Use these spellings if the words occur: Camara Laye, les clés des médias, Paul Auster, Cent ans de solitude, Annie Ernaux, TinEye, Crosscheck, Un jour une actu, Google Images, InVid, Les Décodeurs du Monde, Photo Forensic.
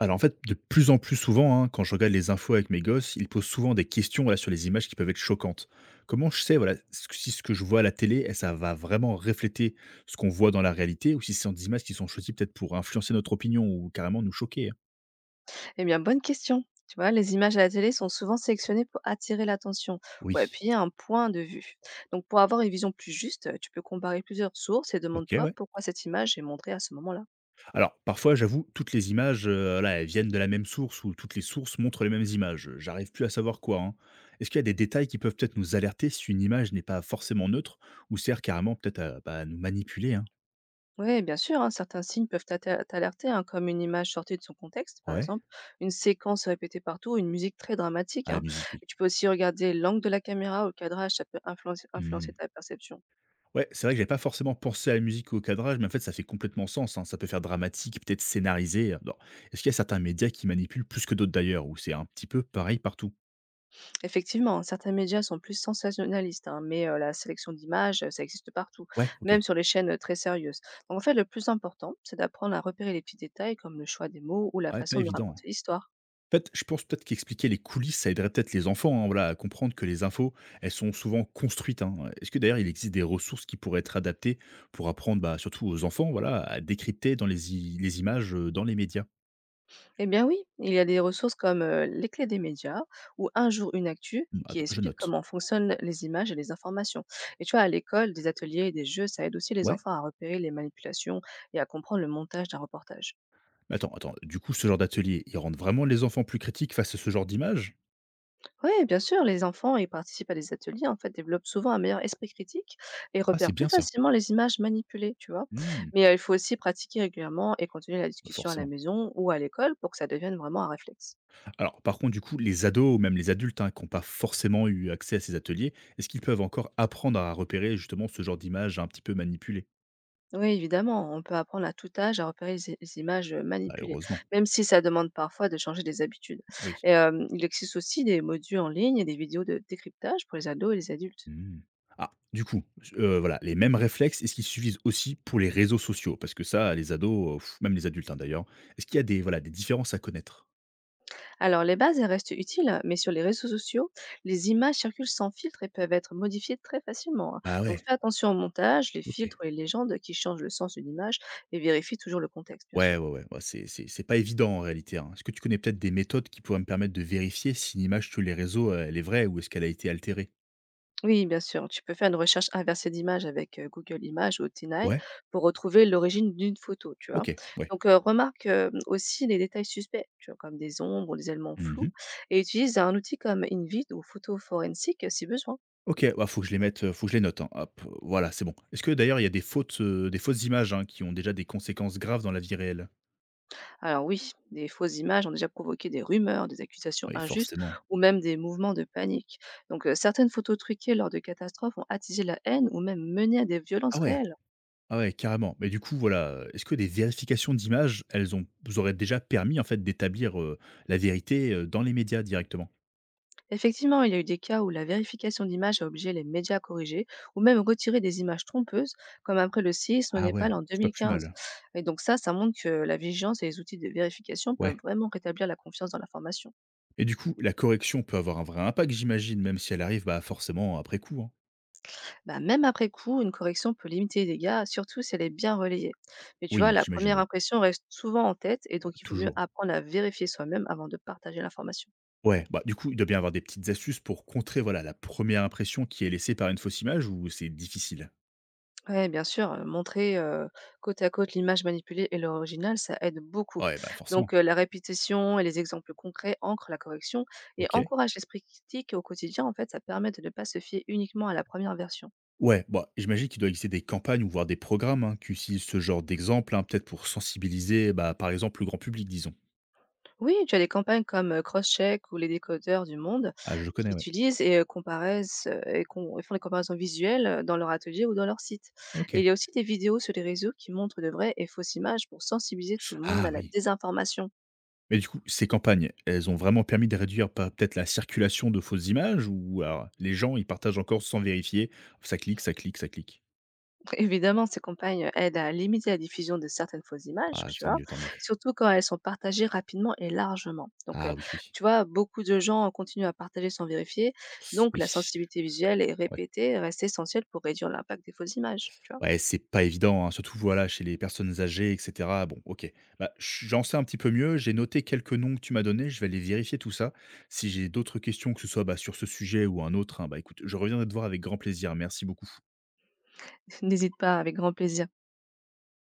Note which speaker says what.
Speaker 1: Alors en fait, de plus en plus souvent, hein, quand je regarde les infos avec mes gosses, ils posent souvent des questions voilà, sur les images qui peuvent être choquantes. Comment je sais voilà, si ce que je vois à la télé, ça va vraiment refléter ce qu'on voit dans la réalité, ou si ce sont des images qui sont choisies peut-être pour influencer notre opinion ou carrément nous choquer hein.
Speaker 2: Eh bien, bonne question. Tu vois, les images à la télé sont souvent sélectionnées pour attirer l'attention ou
Speaker 1: Oui.
Speaker 2: appuyer un point de vue. Donc, pour avoir une vision plus juste, tu peux comparer plusieurs sources et
Speaker 1: Ok,
Speaker 2: demande-toi
Speaker 1: ouais.
Speaker 2: pourquoi cette image est montrée à ce moment-là.
Speaker 1: Alors, parfois, j'avoue, toutes les images, là, elles viennent de la même source ou toutes les sources montrent les mêmes images. J'arrive plus à savoir quoi. Hein. Est-ce qu'il y a des détails qui peuvent peut-être nous alerter si une image n'est pas forcément neutre ou sert carrément peut-être à bah, à nous manipuler hein.
Speaker 2: Oui, bien sûr, hein, certains signes peuvent t'alerter, hein, comme une image sortie de son contexte, par
Speaker 1: Ouais.
Speaker 2: exemple, une séquence répétée partout, une musique très dramatique,
Speaker 1: À la
Speaker 2: hein.
Speaker 1: musique, oui.
Speaker 2: Et tu peux aussi regarder l'angle de la caméra ou le cadrage, ça peut influencer
Speaker 1: Mmh.
Speaker 2: influencer ta perception.
Speaker 1: Ouais, c'est vrai que j'avais pas forcément pensé à la musique ou au cadrage, mais en fait, ça fait complètement sens, hein. Ça peut faire dramatique, peut-être scénarisé, bon. Est-ce qu'il y a certains médias qui manipulent plus que d'autres d'ailleurs, ou c'est un petit peu pareil partout?
Speaker 2: Effectivement, hein, certains médias sont plus sensationnalistes, hein, mais la sélection d'images, ça existe partout,
Speaker 1: Ouais, OK.
Speaker 2: même sur les chaînes très sérieuses. Donc en fait, le plus important, c'est d'apprendre à repérer les petits détails comme le choix des mots ou la
Speaker 1: Ouais, pas
Speaker 2: façon de
Speaker 1: évident, hein.
Speaker 2: raconter l'histoire.
Speaker 1: En fait, je pense peut-être qu'expliquer les coulisses, ça aiderait peut-être les enfants, hein, voilà, à comprendre que les infos, elles sont souvent construites, hein. Est-ce que d'ailleurs il existe des ressources qui pourraient être adaptées pour apprendre, bah, surtout aux enfants, voilà, à décrypter dans les images, dans les médias?
Speaker 2: Eh bien oui, il y a des ressources comme les clés des médias ou Un jour une actu
Speaker 1: Mmh,
Speaker 2: qui
Speaker 1: attends, je
Speaker 2: explique
Speaker 1: note.
Speaker 2: comment fonctionnent les images et les informations. Et tu vois, à l'école, des ateliers et des jeux, ça aide aussi les
Speaker 1: Ouais?
Speaker 2: enfants à repérer les manipulations et à comprendre le montage d'un reportage.
Speaker 1: Mais attends, du coup, ce genre d'atelier, il rend vraiment les enfants plus critiques face à ce genre d'images?
Speaker 2: Ouais, bien sûr, les enfants ils participent à des ateliers, en fait, développent souvent un meilleur esprit critique et
Speaker 1: Ah, c'est
Speaker 2: repèrent plus
Speaker 1: bien ça.
Speaker 2: facilement les images manipulées, tu vois.
Speaker 1: Mmh,
Speaker 2: Mais il faut aussi pratiquer régulièrement et continuer la
Speaker 1: bah,
Speaker 2: discussion à la
Speaker 1: forcément.
Speaker 2: maison ou à l'école pour que ça devienne vraiment un réflexe.
Speaker 1: Alors, par contre, du coup, les ados ou même les adultes, hein, qui n'ont pas forcément eu accès à ces ateliers, est-ce qu'ils peuvent encore apprendre à repérer justement ce genre d'image un petit peu manipulée.
Speaker 2: Oui, évidemment, on peut apprendre à tout âge à repérer les images
Speaker 1: Ah,
Speaker 2: manipulées,
Speaker 1: heureusement,
Speaker 2: même si ça demande parfois de changer des habitudes.
Speaker 1: oui.
Speaker 2: Et il existe aussi des modules en ligne et des vidéos de décryptage pour les ados et les adultes.
Speaker 1: Mmh. Ah, du coup, voilà, les mêmes réflexes, est-ce qu'ils suffisent aussi pour les réseaux sociaux? Parce que ça, les ados, même les adultes, hein, d'ailleurs, est-ce qu'il y a des, voilà, des différences à connaître?
Speaker 2: Alors, les bases, elles restent utiles, mais sur les réseaux sociaux, les images circulent sans filtre et peuvent être modifiées très facilement, hein.
Speaker 1: Ah
Speaker 2: Donc,
Speaker 1: ouais,
Speaker 2: fais attention au montage, les
Speaker 1: OK.
Speaker 2: filtres et les légendes qui changent le sens d'une image et vérifie toujours le contexte, bien
Speaker 1: Ouais,
Speaker 2: sûr.
Speaker 1: ouais, ouais, bah, c'est pas évident en réalité, hein. Est-ce que tu connais peut-être des méthodes qui pourraient me permettre de vérifier si une image sur les réseaux, elle est vraie ou est-ce qu'elle a été altérée?
Speaker 2: Oui, bien sûr, tu peux faire une recherche inversée d'images avec Google Images ou TinEye
Speaker 1: Ouais?
Speaker 2: pour retrouver l'origine d'une photo, tu vois.
Speaker 1: OK, ouais.
Speaker 2: Donc, remarque aussi les détails suspects, tu vois, comme des ombres ou des éléments
Speaker 1: Mmh.
Speaker 2: flous, et utilise un outil comme InVid ou Photo Forensic si besoin.
Speaker 1: OK, bah, faut que je les mette, faut que je les note, hein. Hop, voilà, c'est bon. Est-ce que d'ailleurs il y a des des fausses images, hein, qui ont déjà des conséquences graves dans la vie réelle?
Speaker 2: Alors oui, des fausses images ont déjà provoqué des rumeurs, des accusations
Speaker 1: Oui,
Speaker 2: injustes
Speaker 1: forcément.
Speaker 2: ou même des mouvements de panique. Donc certaines photos truquées lors de catastrophes ont attisé la haine ou même mené à des
Speaker 1: Ah
Speaker 2: violences
Speaker 1: ouais?
Speaker 2: réelles.
Speaker 1: Ah ouais, carrément. Mais du coup, voilà, est-ce que des vérifications d'images, elles ont vous auraient déjà permis en fait d'établir, la vérité, dans les médias directement?
Speaker 2: Effectivement, il y a eu des cas où la vérification d'images a obligé les médias à corriger ou même retirer des images trompeuses, comme après le séisme au
Speaker 1: Ah ouais,
Speaker 2: Népal en
Speaker 1: c'est pas plus
Speaker 2: 2015.
Speaker 1: mal.
Speaker 2: Et donc ça montre que la vigilance et les outils de vérification peuvent
Speaker 1: Ouais.
Speaker 2: vraiment rétablir la confiance dans l'information.
Speaker 1: Et du coup, la correction peut avoir un vrai impact, j'imagine, même si elle arrive, bah, forcément après coup, hein?
Speaker 2: Bah, même après coup, une correction peut limiter les dégâts, surtout si elle est bien relayée. Mais tu vois,
Speaker 1: Oui,
Speaker 2: la
Speaker 1: j'imagine,
Speaker 2: première
Speaker 1: oui,
Speaker 2: impression reste souvent en tête et donc il vaut mieux
Speaker 1: toujours.
Speaker 2: apprendre à vérifier soi-même avant de partager l'information.
Speaker 1: Ouais, bah, du coup, il doit bien avoir des petites astuces pour contrer, voilà, la première impression qui est laissée par une fausse image ou c'est difficile?
Speaker 2: Oui, bien sûr, montrer côte à côte l'image manipulée et l'original, ça aide beaucoup.
Speaker 1: Ouais, bah, forcément.
Speaker 2: Donc la répétition et les exemples concrets ancrent la correction et
Speaker 1: OK.
Speaker 2: encouragent l'esprit critique au quotidien. En fait, ça permet de ne pas se fier uniquement à la première version.
Speaker 1: Ouais, bah, j'imagine qu'il doit exister des campagnes ou voire des programmes, hein, qui utilisent ce genre d'exemple, hein, peut-être pour sensibiliser, bah, par exemple, le grand public, disons.
Speaker 2: Oui, tu as des campagnes comme, Crosscheck ou Les Décodeurs du Monde
Speaker 1: Ah, je le connais,
Speaker 2: qui
Speaker 1: ouais.
Speaker 2: utilisent comparaissent, et qu'on et font des comparaisons visuelles, dans leur atelier ou dans leur site. Et
Speaker 1: OK.
Speaker 2: il y a aussi des vidéos sur les réseaux qui montrent de vraies et fausses images pour sensibiliser tout le monde
Speaker 1: Ah
Speaker 2: à la
Speaker 1: oui.
Speaker 2: désinformation.
Speaker 1: Mais du coup, ces campagnes, elles ont vraiment permis de réduire pa peut-être la circulation de fausses images ou alors les gens, ils partagent encore sans vérifier? Ça clique, ça clique, ça clique.
Speaker 2: Évidemment, ces campagnes, aident à limiter la diffusion de certaines fausses images,
Speaker 1: Ah,
Speaker 2: tu
Speaker 1: tant
Speaker 2: vois?
Speaker 1: mieux, tant mieux.
Speaker 2: Surtout quand elles sont partagées rapidement et largement. Donc,
Speaker 1: Ah oui, oui.
Speaker 2: tu vois, beaucoup de gens continuent à partager sans vérifier, donc
Speaker 1: Oui,
Speaker 2: la sensibilité visuelle et
Speaker 1: ouais.
Speaker 2: répétée reste essentielle pour réduire l'impact des fausses images, tu vois?
Speaker 1: Ouais, c'est pas évident, hein, surtout, voilà, chez les personnes âgées et cetera. Bon, OK. Bah, ch j'en sais un petit peu mieux, j'ai noté quelques noms que tu m'as donnés, je vais aller vérifier tout ça. Si j'ai d'autres questions, que ce soit, bah, sur ce sujet ou un autre, hein, bah, écoute, je reviendrai te voir avec grand plaisir. Merci beaucoup.
Speaker 2: N'hésite pas, avec grand plaisir.